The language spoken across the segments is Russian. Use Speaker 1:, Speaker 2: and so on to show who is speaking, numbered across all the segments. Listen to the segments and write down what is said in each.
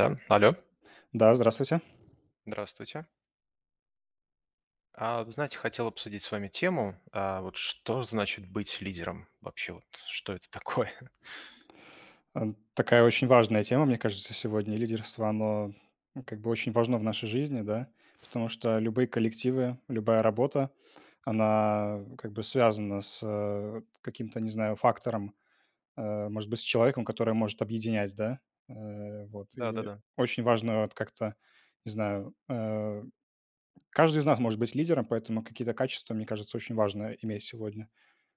Speaker 1: Да, алло,
Speaker 2: Да, здравствуйте.
Speaker 1: здравствуйте. А, вы знаете, хотел обсудить с вами тему, а, вот что значит быть лидером вообще, вот что это такое?
Speaker 2: Э, Такая очень важная тема, мне кажется, сегодня. Лидерство, оно, ну, как бы очень важно в нашей жизни, да, потому что любые коллективы, любая работа, она как бы связана с, вот каким-то, не знаю, фактором, может быть, с человеком, который может объединять, да. Вот и
Speaker 1: Да-да-да.
Speaker 2: очень важно вот как-то, не знаю, каждый из нас может быть лидером, поэтому какие-то качества, мне кажется, очень важно иметь сегодня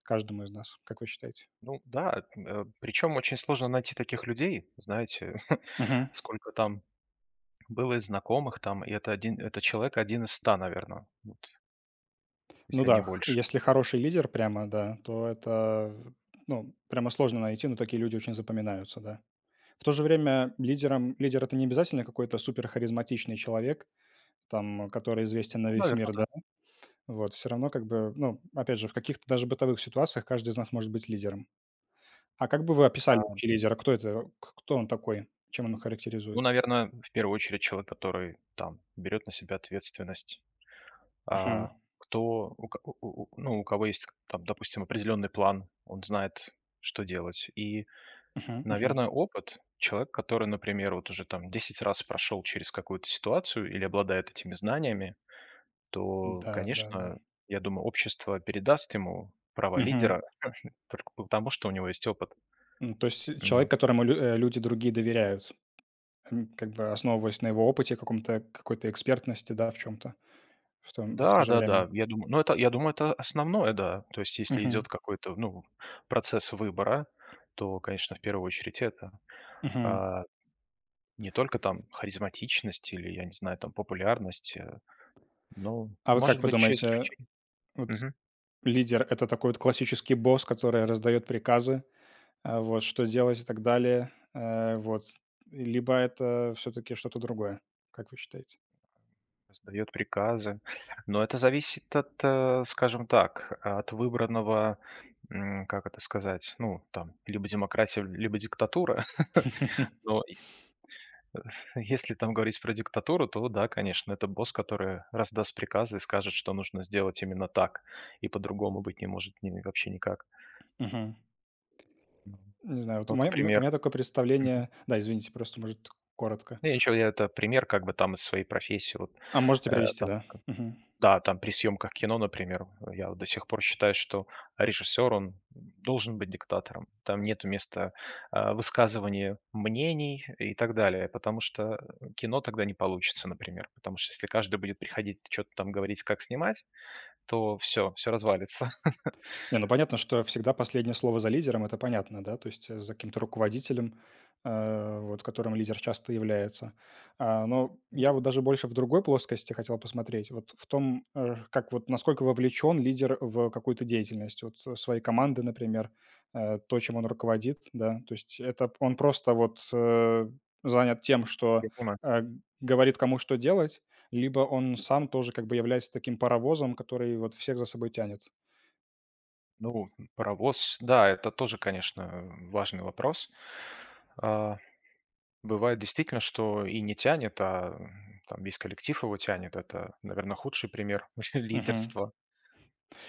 Speaker 2: каждому из нас. Как вы считаете?
Speaker 1: Ну да, причем очень сложно найти таких людей, знаете, сколько там было и знакомых там, и это человек один из ста, наверное, вот,
Speaker 2: Ну
Speaker 1: если не
Speaker 2: да, х
Speaker 1: больше.
Speaker 2: если хороший лидер прямо, да, то это, ну, прямо сложно найти, но такие люди очень запоминаются, да. В то же время лидер- это не обязательно какой-то супер харизматичный человек, там, который
Speaker 1: Ну,
Speaker 2: известен на весь
Speaker 1: наверное,
Speaker 2: мир, да.
Speaker 1: да.
Speaker 2: Вот, все равно как бы, ну, опять же, в каких-то даже бытовых ситуациях каждый из нас может быть лидером. А как бы вы описали
Speaker 1: А,
Speaker 2: вообще лидера? Кто это? К кто он такой? Чем он характеризует?
Speaker 1: ну, наверное, в первую очередь человек, который там берет на себя ответственность,
Speaker 2: Мгм.
Speaker 1: а, кто, у ко у ну, у кого есть там, допустим, определенный план, он знает, что делать. И,
Speaker 2: Мгм, мгм.
Speaker 1: наверное, опыт, человек, который, например, вот уже там 10 раз прошел через какую-то ситуацию или обладает этими знаниями, то,
Speaker 2: Да, да, да.
Speaker 1: конечно, я думаю, общество передаст ему права лидера
Speaker 2: Мгм.
Speaker 1: только потому, что у него есть опыт.
Speaker 2: То есть человек,
Speaker 1: Вот.
Speaker 2: которому люди другие доверяют. Как бы основываясь на его опыте, каком-то какой-то экспертности, да, в чем то в то
Speaker 1: Да,
Speaker 2: же время.
Speaker 1: да-да, я думаю, ну, это, я думаю, это основное, да. То есть, если
Speaker 2: Мгм,
Speaker 1: идет какой-то, ну, процесс выбора, то, конечно, в первую очередь это.
Speaker 2: мгм.
Speaker 1: А, не только там харизматичность или, я не знаю, там популярность, но,
Speaker 2: А вот
Speaker 1: может
Speaker 2: как вы
Speaker 1: быть, еще
Speaker 2: думаете,
Speaker 1: исключение.
Speaker 2: вот
Speaker 1: Мгм.
Speaker 2: лидер- это такой вот классический босс, который раздает приказы, а, вот, что делать и так далее, вот, либо это все таки что-то другое, как вы считаете?
Speaker 1: Раздает приказы. Но это зависит от, скажем так, от выбранного, как это сказать, ну, там, либо демократия, либо диктатура. Но и, если там говорить про диктатуру, то да, конечно, это босс, который раздаст приказы и скажет, что нужно сделать именно так, и по-другому быть не может ни вообще никак.
Speaker 2: Мгм.
Speaker 1: Ну,
Speaker 2: Не знаю, вот у
Speaker 1: вот,
Speaker 2: моя у
Speaker 1: например.
Speaker 2: меня такое представление. Да, извините, просто, может, коротко.
Speaker 1: Ну, я это пример как бы там из своей профессии. Вот,
Speaker 2: А, можете привести,
Speaker 1: там,
Speaker 2: да? Мгм.
Speaker 1: да, там при съемках кино, например, я вот до сих пор считаю, что режиссер, он должен быть диктатором. Там нету места, высказывания мнений и так далее, потому что кино тогда не получится, например. Потому что если каждый будет приходить что то там говорить, как снимать, то все, все развалится.
Speaker 2: Не, ну понятно, что всегда последнее слово за лидером, это понятно, да, то есть за каким-то руководителем, вот которым лидер часто является. А, но
Speaker 1: Ну
Speaker 2: я вот
Speaker 1: да,
Speaker 2: даже больше в другой плоскости хотел посмотреть, вот в том, как вот насколько вовлечен лидер в какую-то деятельность, вот своей команды, например, то, чем он руководит, да, то есть это он просто вот занят тем, что
Speaker 1: я понимаю.
Speaker 2: э, говорит кому что делать, либо он сам тоже как бы является таким паровозом, который вот всех за собой тянет.
Speaker 1: Ну, паровоз, да, это тоже, конечно, важный вопрос. А бывает действительно, что и не тянет, а там весь коллектив его тянет. Это, наверное, худший пример
Speaker 2: Мгм.
Speaker 1: лидерства.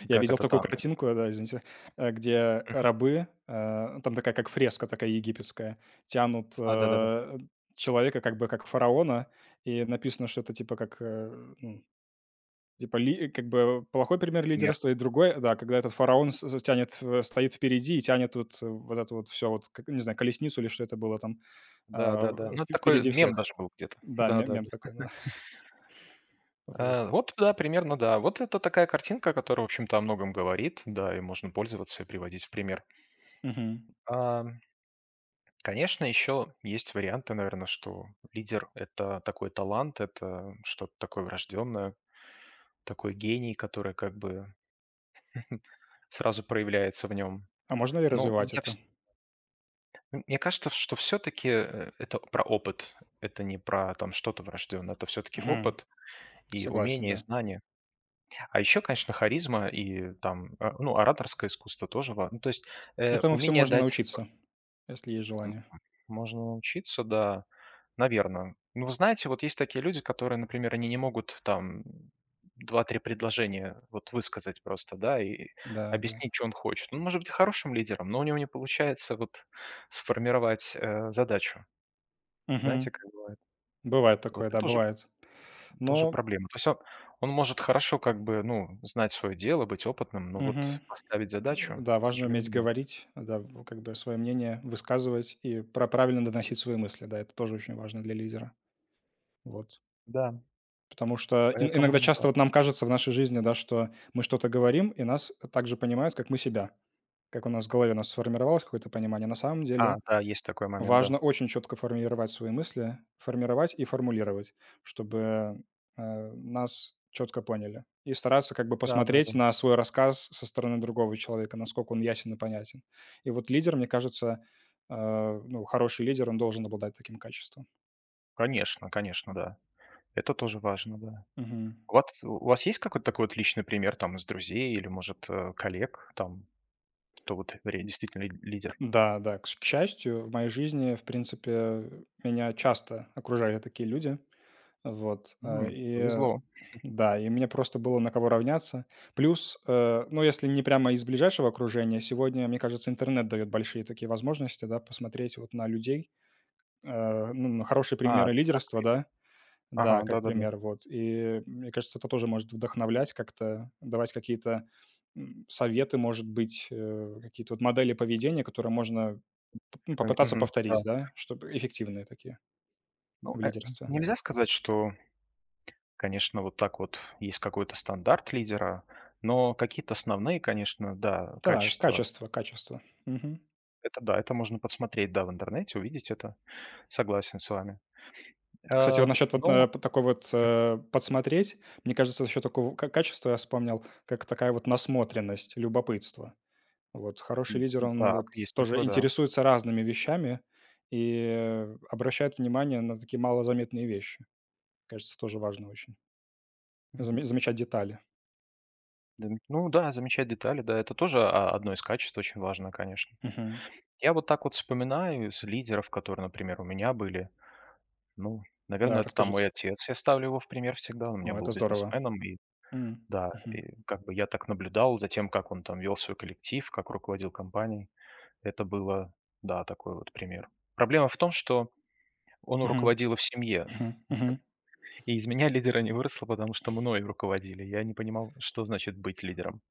Speaker 2: Я
Speaker 1: Как
Speaker 2: видел
Speaker 1: это
Speaker 2: такую
Speaker 1: там?
Speaker 2: картинку, да, извините, где
Speaker 1: Мгм.
Speaker 2: рабы, там такая как фреска такая египетская, тянут,
Speaker 1: А, да-да-да,
Speaker 2: человека как бы как фараона, и написано что-то типа как, ну, типа ли как бы плохой пример
Speaker 1: пример.
Speaker 2: лидерства и другой, да, когда этот фараон с тянет, стоит впереди и тянет вот вот это вот все вот, как, не знаю, колесницу или что это было там, а,
Speaker 1: Да-да-да.
Speaker 2: в
Speaker 1: Ну, это
Speaker 2: впе
Speaker 1: такой
Speaker 2: впереди
Speaker 1: мем
Speaker 2: всех.
Speaker 1: даже был где-то.
Speaker 2: Да, ме мем
Speaker 1: Да-да-да.
Speaker 2: такой, да. Вот.
Speaker 1: Вот, да, примерно, да. Вот это такая картинка, которая, в общем-то, о многом говорит, да, и можно пользоваться и приводить в пример.
Speaker 2: Мгм.
Speaker 1: А, конечно, еще есть варианты, наверное, что лидер– это такой талант, это что-то такое врожденное, такой гений, который как бы сразу проявляется в нем.
Speaker 2: А можно ли
Speaker 1: Ну,
Speaker 2: развивать
Speaker 1: я
Speaker 2: это?
Speaker 1: вс мне кажется, что все таки это про опыт. Это не про там что-то врожденное, это все таки
Speaker 2: Мгм.
Speaker 1: опыт и
Speaker 2: Согласен,
Speaker 1: умение, и
Speaker 2: да.
Speaker 1: знание. А еще, конечно, харизма и там, ну, ораторское искусство тоже важно. То есть,
Speaker 2: Этому всему
Speaker 1: умение
Speaker 2: можно
Speaker 1: дать.
Speaker 2: научиться, если есть
Speaker 1: м
Speaker 2: желание.
Speaker 1: можно научиться, да, наверно. Ну, вы знаете, вот есть такие люди, которые, например, они не могут там 2-3 предложения вот высказать просто, да, и
Speaker 2: Да, да.
Speaker 1: объяснить, чё он хочет. Он может быть хорошим лидером, но у него не получается вот сформировать, задачу.
Speaker 2: Мгм.
Speaker 1: Знаете, как бывает?
Speaker 2: Бывает
Speaker 1: Вот
Speaker 2: такое, да,
Speaker 1: это уже
Speaker 2: бывает.
Speaker 1: тоже
Speaker 2: Но
Speaker 1: проблема. То есть он может хорошо как бы, ну, знать свое дело, быть опытным, но
Speaker 2: мгм.
Speaker 1: вот поставить задачу,
Speaker 2: Да,
Speaker 1: к
Speaker 2: важно уметь
Speaker 1: сожалению, нет.
Speaker 2: говорить, да, в как бы свое мнение высказывать и правильно доносить свои мысли. Да, это тоже очень важно для лидера. Вот.
Speaker 1: Да,
Speaker 2: Потому что ин иногда
Speaker 1: поэтому да.
Speaker 2: часто вот нам кажется в нашей жизни, да, что мы что-то говорим, и нас так же понимают, как мы себя. Как у нас в голове у нас сформировалось какое-то понимание. На самом
Speaker 1: А,
Speaker 2: деле
Speaker 1: да, есть такой момент, да.
Speaker 2: важно очень четко формировать свои мысли, формировать и формулировать, чтобы, нас четко поняли. И стараться как бы
Speaker 1: Да-да-да.
Speaker 2: посмотреть на свой рассказ со стороны другого человека, насколько он ясен и понятен. И вот лидер, мне кажется, ну, хороший лидер, он должен обладать таким качеством.
Speaker 1: Конечно, конечно, да. Это тоже важно, да.
Speaker 2: Мгм.
Speaker 1: У вас есть какой-то такой вот личный пример там из друзей или, может, коллег, там, кто вот ре действительно ли лидер?
Speaker 2: Да, да, к счастью, в моей жизни, в принципе, меня часто окружали такие люди. Вот, а, и.
Speaker 1: Повезло.
Speaker 2: Да, и мне просто было на кого равняться. Плюс, ну, если не прямо из ближайшего окружения, сегодня, мне кажется, интернет дает большие такие возможности, да, посмотреть вот на людей, ну, на хорошие
Speaker 1: А,
Speaker 2: примеры
Speaker 1: как
Speaker 2: лидерства,
Speaker 1: пример?
Speaker 2: да, да,
Speaker 1: Ага,
Speaker 2: как
Speaker 1: да-да-да.
Speaker 2: пример, вот. И мне кажется, это тоже может вдохновлять как-то, давать какие-то советы, может быть, какие-то вот модели поведения, которые можно ну,
Speaker 1: Я пом
Speaker 2: попытаться
Speaker 1: мгм, да.
Speaker 2: повторить, да, чтобы эффективные такие
Speaker 1: Ну,
Speaker 2: в лидерстве.
Speaker 1: нельзя сказать, что конечно, вот так вот есть какой-то стандарт лидера, но какие-то основные, конечно, да,
Speaker 2: Да,
Speaker 1: качества.
Speaker 2: качество, качество. Мгм.
Speaker 1: Это да, это можно подсмотреть, да, в интернете, увидеть это. Согласен с вами.
Speaker 2: Кстати,
Speaker 1: А,
Speaker 2: вот насчет вот
Speaker 1: ну,
Speaker 2: п такой вот, подсмотреть, мне кажется, за счет такого ка качества я вспомнил, как такая вот насмотренность, любопытство. Вот хороший
Speaker 1: м,
Speaker 2: лидер, он
Speaker 1: так,
Speaker 2: вот
Speaker 1: есть
Speaker 2: тоже
Speaker 1: такое, да.
Speaker 2: интересуется разными вещами и обращает внимание на такие малозаметные вещи. Кажется, тоже важно очень. Заме
Speaker 1: Мгм.
Speaker 2: замечать детали.
Speaker 1: Ну да, замечать детали, да, это тоже, а, одно из качеств очень важно, конечно.
Speaker 2: Мгм.
Speaker 1: Я вот так вот вспоминаю из лидеров, которые, например, у меня были. Ну,
Speaker 2: Да,
Speaker 1: наверное, это там
Speaker 2: расскажите.
Speaker 1: мой отец, я ставлю его в пример всегда, он у меня
Speaker 2: О,
Speaker 1: был
Speaker 2: это здорово.
Speaker 1: бизнесменом, и,
Speaker 2: М.
Speaker 1: да,
Speaker 2: Мгм.
Speaker 1: и как бы я так наблюдал за тем, как он там вел свой коллектив, как руководил компанией. Это было, да, такой вот пример. Проблема в том, что он
Speaker 2: Мгм.
Speaker 1: руководил и в семье,
Speaker 2: Мгм. Мгм.
Speaker 1: и из меня лидера не выросло, потому что мной руководили. Я не понимал, что значит быть лидером.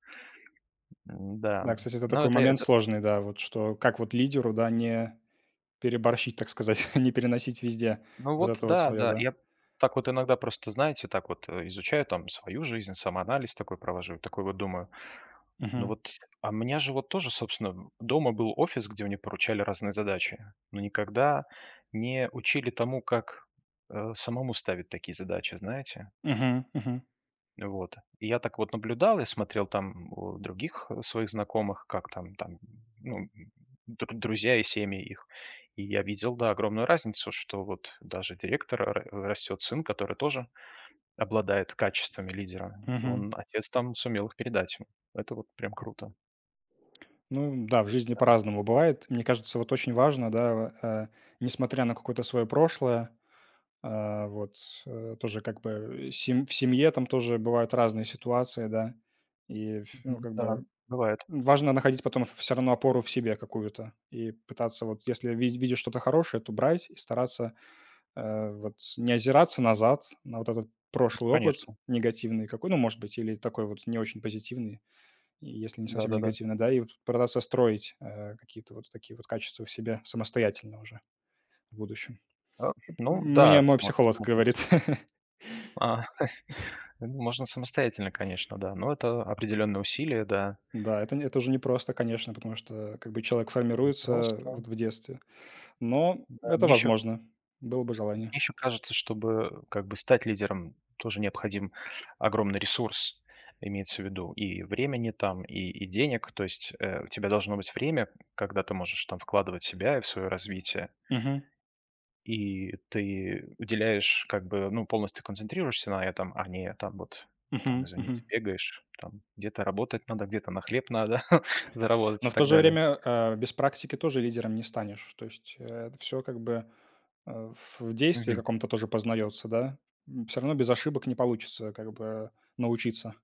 Speaker 1: М-да,
Speaker 2: Да, кстати, это
Speaker 1: ну
Speaker 2: такой
Speaker 1: это
Speaker 2: момент
Speaker 1: это
Speaker 2: сложный, да, вот что как вот лидеру, да, не переборщить, так сказать, не переносить везде
Speaker 1: ну
Speaker 2: вот
Speaker 1: вот,
Speaker 2: это вот
Speaker 1: да,
Speaker 2: своё,
Speaker 1: да.
Speaker 2: да?
Speaker 1: Я так вот иногда просто, знаете, так вот, изучаю там свою жизнь, самоанализ такой провожу, такой вот думаю: ну
Speaker 2: Мгм.
Speaker 1: вот, а у меня же вот тоже, собственно, дома был офис, где мне поручали разные задачи, но никогда не учили тому, как самому ставить такие задачи, знаете.
Speaker 2: Мгм. Мгм.
Speaker 1: Вот. И я так вот наблюдал, я смотрел там у других, своих знакомых, как там, ну, друзья и семьи их. И я видел, да, огромную разницу, что вот даже директора растет сын, который тоже обладает качествами лидера.
Speaker 2: Мгм.
Speaker 1: Он, отец там сумел их передать ему. Это вот прям круто.
Speaker 2: Ну да, в жизни по-разному бывает. Мне кажется, вот очень важно, да, несмотря на какое-то свое прошлое, а, вот, тоже как бы сем в семье там тоже бывают разные ситуации, да. И ф ну,
Speaker 1: Мгм.
Speaker 2: как
Speaker 1: Да,
Speaker 2: бы
Speaker 1: бывает,
Speaker 2: важно находить потом все равно опору в себе какую-то и пытаться вот, если ви видишь что-то хорошее, то брать и стараться. Вот не озираться назад на вот этот прошлый опыт
Speaker 1: конечно.
Speaker 2: негативный какой, ну, может быть, или такой вот не очень позитивный, и если не совсем
Speaker 1: Да-да-да.
Speaker 2: негативный, да, и вот пытаться строить какие-то вот такие вот качества в себе самостоятельно уже в будущем.
Speaker 1: А, ну
Speaker 2: Мне
Speaker 1: да,
Speaker 2: мой
Speaker 1: может, всё
Speaker 2: психолог
Speaker 1: можно
Speaker 2: говорит.
Speaker 1: а, ну, можно самостоятельно, конечно, да, но это определенное усилие, да.
Speaker 2: Да, это, это уже непросто, конечно, потому что как бы человек формируется вот
Speaker 1: Просто,
Speaker 2: в детстве. Но
Speaker 1: да,
Speaker 2: это
Speaker 1: мне еще
Speaker 2: возможно. Было бы
Speaker 1: мне
Speaker 2: желание.
Speaker 1: еще кажется, чтобы как бы стать лидером, тоже необходим огромный ресурс, имеется в виду, и времени там, и денег. То есть, у тебя должно быть время, когда ты можешь там вкладывать себя и в свое развитие.
Speaker 2: Мгм.
Speaker 1: И ты уделяешь, как бы, ну, полностью концентрируешься на этом, а не там вот, там,
Speaker 2: Мгм. Мгм.
Speaker 1: извините, бегаешь, там где-то работать надо, где-то на хлеб надо заработать
Speaker 2: Но
Speaker 1: и
Speaker 2: в то
Speaker 1: так
Speaker 2: же
Speaker 1: далее.
Speaker 2: время, без практики тоже лидером не станешь. То есть, это все как бы, в действии
Speaker 1: Мгм.
Speaker 2: каком-то тоже познается, да. Все равно без ошибок не получится как бы научиться,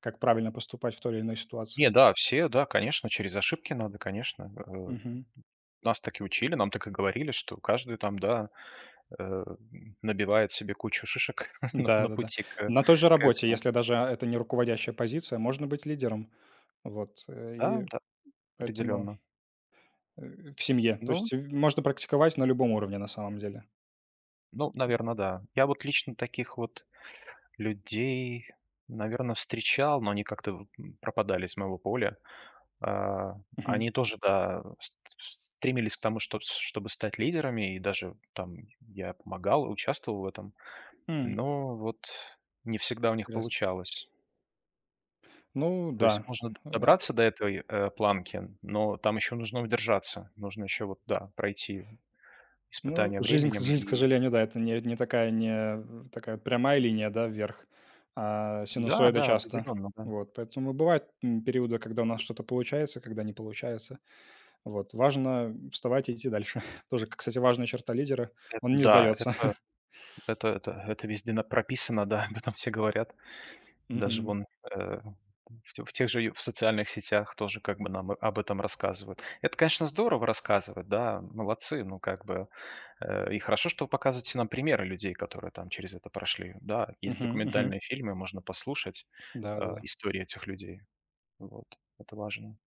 Speaker 2: как правильно поступать в той или иной
Speaker 1: Не,
Speaker 2: ситуации.
Speaker 1: да, все, да, конечно, через ошибки надо, конечно.
Speaker 2: Мгм.
Speaker 1: Нас так и учили, нам так и говорили, что каждый там, да, э, набивает себе кучу шишек на
Speaker 2: Да-да-да.
Speaker 1: пути к
Speaker 2: На той же
Speaker 1: к
Speaker 2: работе,
Speaker 1: этому.
Speaker 2: если даже это не руководящая позиция, можно быть лидером. Вот,
Speaker 1: Да,
Speaker 2: и
Speaker 1: да,
Speaker 2: поэтому,
Speaker 1: определенно.
Speaker 2: в семье. То
Speaker 1: Ну
Speaker 2: есть в можно практиковать на любом уровне на самом деле.
Speaker 1: ну, наверное, да. Я вот лично таких вот людей, наверное, встречал, но они как-то вот, пропадали с моего поля. А,
Speaker 2: Мгм.
Speaker 1: они тоже, да, ст ст стремились к тому, чтобы стать лидерами, и даже там я помогал, участвовал в этом,
Speaker 2: М,
Speaker 1: но вот не всегда у них
Speaker 2: интересно.
Speaker 1: получалось.
Speaker 2: Ну
Speaker 1: То есть
Speaker 2: да.
Speaker 1: можно д
Speaker 2: Э, а
Speaker 1: добраться до этой, планки, но там еще нужно удержаться. Нужно еще вот, да, пройти
Speaker 2: Ну,
Speaker 1: испытание
Speaker 2: жизнь,
Speaker 1: временем
Speaker 2: к
Speaker 1: и,
Speaker 2: сожалению, да, это не не такая не такая прямая линия, да, вверх, а
Speaker 1: да,
Speaker 2: синусоида
Speaker 1: да,
Speaker 2: часто.
Speaker 1: определенно, да.
Speaker 2: Вот, поэтому бывают, м, периоды, когда у нас что-то получается, когда не получается. Вот, важно вставать и идти дальше. Тоже, кстати, важная черта лидера.
Speaker 1: Эт
Speaker 2: Он не
Speaker 1: да,
Speaker 2: сдается.
Speaker 1: это это это это везде на прописано, да, об этом все говорят. Даже
Speaker 2: Мгм.
Speaker 1: вон, э, в тех же ю в социальных сетях тоже как бы нам об этом рассказывают. Это, конечно, здорово рассказывать, да, молодцы, ну, как бы, и хорошо, что вы показываете нам примеры людей, которые там через это прошли. Да, есть
Speaker 2: Мгм, мгм.
Speaker 1: документальные фильмы, можно послушать,
Speaker 2: Да-да-да. Да, да.
Speaker 1: истории этих людей. Вот, это важно.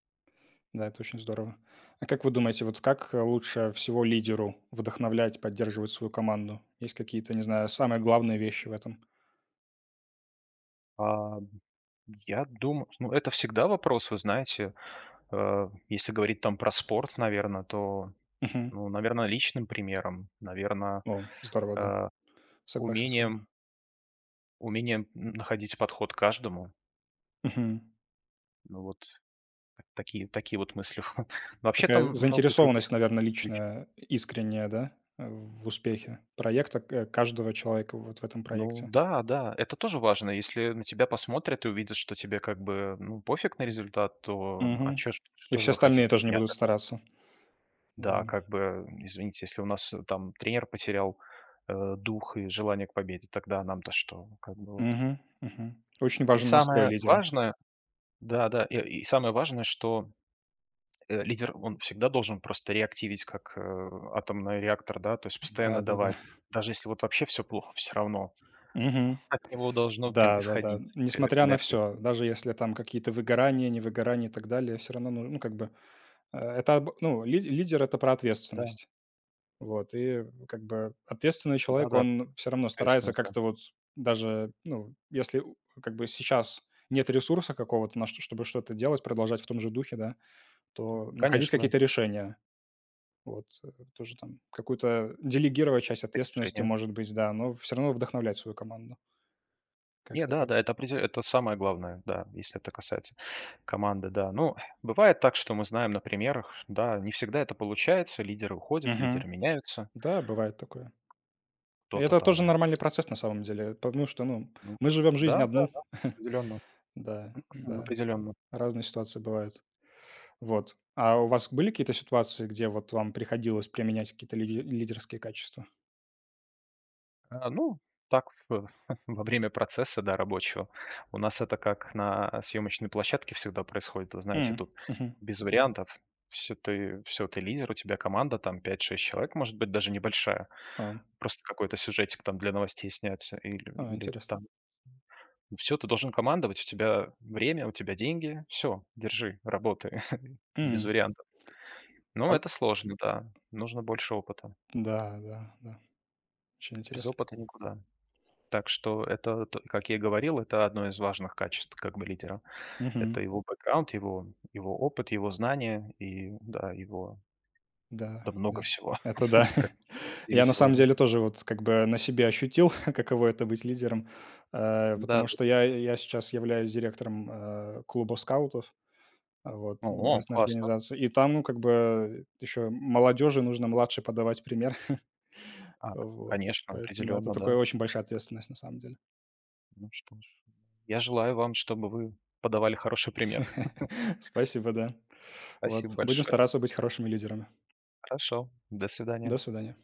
Speaker 2: Да, это очень здорово. А как вы думаете, вот как, лучше всего лидеру вдохновлять, поддерживать свою команду? Есть какие-то, не знаю, самые главные вещи в этом?
Speaker 1: А, я думаю, ну, это всегда вопрос, вы знаете, если говорить там про спорт, наверное, то,
Speaker 2: Мгм.
Speaker 1: ну, наверное, личным примером, наверное,
Speaker 2: О, здорово, да. Согласен с вами.
Speaker 1: умением. Умение находить подход к каждому.
Speaker 2: Мгм.
Speaker 1: Ну вот так, такие вот мысли. Но вообще там
Speaker 2: Такая
Speaker 1: много и
Speaker 2: заинтересованность,
Speaker 1: других
Speaker 2: наверное,
Speaker 1: вещей.
Speaker 2: личная, искренняя, да, в успехе проекта, к каждого человека вот в этом
Speaker 1: Ну
Speaker 2: проекте.
Speaker 1: да, да, это тоже важно. Если на тебя посмотрят и увидят, что тебе как бы, ну, пофиг на результат, то, а
Speaker 2: Мгм.
Speaker 1: чё ж
Speaker 2: И
Speaker 1: что же
Speaker 2: все
Speaker 1: вы
Speaker 2: остальные
Speaker 1: хотите от
Speaker 2: тоже не
Speaker 1: меня
Speaker 2: будут
Speaker 1: тогда?
Speaker 2: стараться. Да.
Speaker 1: Да, как бы, извините, если у нас, там тренер потерял, дух и желание к победе, тогда нам-то что? Как бы вот.
Speaker 2: Мгм, мгм. Очень
Speaker 1: И
Speaker 2: важен настрой
Speaker 1: самое
Speaker 2: лидера.
Speaker 1: важное, да-да, и самое важное, что лидер, он всегда должен просто реактивить, как, атомный реактор, да, то есть постоянно
Speaker 2: Да-да-да.
Speaker 1: давать. Даже если вот вообще все плохо, все равно
Speaker 2: Мгм.
Speaker 1: от него должно прям
Speaker 2: Да-да-да.
Speaker 1: исходить,
Speaker 2: Несмотря на
Speaker 1: энергия.
Speaker 2: все, даже если там какие-то выгорания, невыгорания и так далее, все равно, ну, как бы, э, это об ну, ли лидер- это про
Speaker 1: Да,
Speaker 2: ответственность. Вот, и как бы ответственный человек,
Speaker 1: да-да,
Speaker 2: он все равно старается
Speaker 1: ответственность, да.
Speaker 2: как-то вот даже, ну, если у как бы сейчас нет ресурса какого-то, на что чтобы что-то делать, продолжать в том же духе, да, то находить
Speaker 1: Конечно,
Speaker 2: какие-то решения. Вот, тоже там какую-то делегировать часть
Speaker 1: да,
Speaker 2: ответственности,
Speaker 1: решение.
Speaker 2: может быть, да, но все равно вдохновлять свою команду.
Speaker 1: Не,
Speaker 2: Как-то так.
Speaker 1: да-да, это определе это самое главное, да, если это касается команды, да. Ну, бывает так, что мы знаем на примерах, да, не всегда это получается, лидеры уходят,
Speaker 2: Мгм.
Speaker 1: лидеры меняются,
Speaker 2: Да, бывает такое. И
Speaker 1: кто-то
Speaker 2: это тоже
Speaker 1: там,
Speaker 2: нормальный процесс на самом деле, потому что, ну,
Speaker 1: ну
Speaker 2: мы живем жизнь одну.
Speaker 1: да-да-да, определенно,
Speaker 2: Да, да,
Speaker 1: определенно.
Speaker 2: разные ситуации бывают. Вот. А у вас были какие-то ситуации, где вот вам приходилось применять какие-то лидерские качества?
Speaker 1: А, ну, так, в во время процесса, да, рабочего. У нас это как на съемочной площадке всегда происходит. Вы знаете,
Speaker 2: М,
Speaker 1: тут
Speaker 2: мгм.
Speaker 1: без вариантов. Все ты лидер, у тебя команда там 5-6 человек, может быть, даже небольшая.
Speaker 2: А,
Speaker 1: Просто какой-то сюжетик там для новостей снять или или
Speaker 2: Интересно.
Speaker 1: там все ты должен командовать, у тебя время, у тебя деньги. Все, держи, работай. Без
Speaker 2: М.
Speaker 1: вариантов.
Speaker 2: А
Speaker 1: Но
Speaker 2: в
Speaker 1: это сложно, да. Нужно больше опыта.
Speaker 2: Да, да, да, очень
Speaker 1: Без
Speaker 2: интересно.
Speaker 1: опыта никуда. Так что это, т как я и говорил, это одно из важных качеств как бы лидера. Это
Speaker 2: Мгм.
Speaker 1: его бэкграунд, его опыт, его знания и, да, его,
Speaker 2: Да,
Speaker 1: да, много
Speaker 2: да.
Speaker 1: всего,
Speaker 2: Это да.
Speaker 1: как мы уже обсудили
Speaker 2: Я на самом
Speaker 1: сегодня.
Speaker 2: деле тоже вот как бы на себе ощутил, каково это быть лидером, потому что
Speaker 1: Да-да-да.
Speaker 2: я сейчас являюсь директором, клуба скаутов, а вот,
Speaker 1: О,
Speaker 2: местной
Speaker 1: классно.
Speaker 2: организации. И там, ну, как бы еще молодежи нужно младше подавать пример.
Speaker 1: А,
Speaker 2: Вот.
Speaker 1: конечно,
Speaker 2: Поэтому это
Speaker 1: определенно,
Speaker 2: такое
Speaker 1: да.
Speaker 2: очень большая ответственность на самом деле.
Speaker 1: Ну что ж, я желаю вам, чтобы вы подавали хороший пример.
Speaker 2: Спасибо, да.
Speaker 1: Спасибо
Speaker 2: Вот. Будем
Speaker 1: большое.
Speaker 2: стараться быть хорошими лидерами.
Speaker 1: Хорошо, до
Speaker 2: До
Speaker 1: свидания.
Speaker 2: свидания.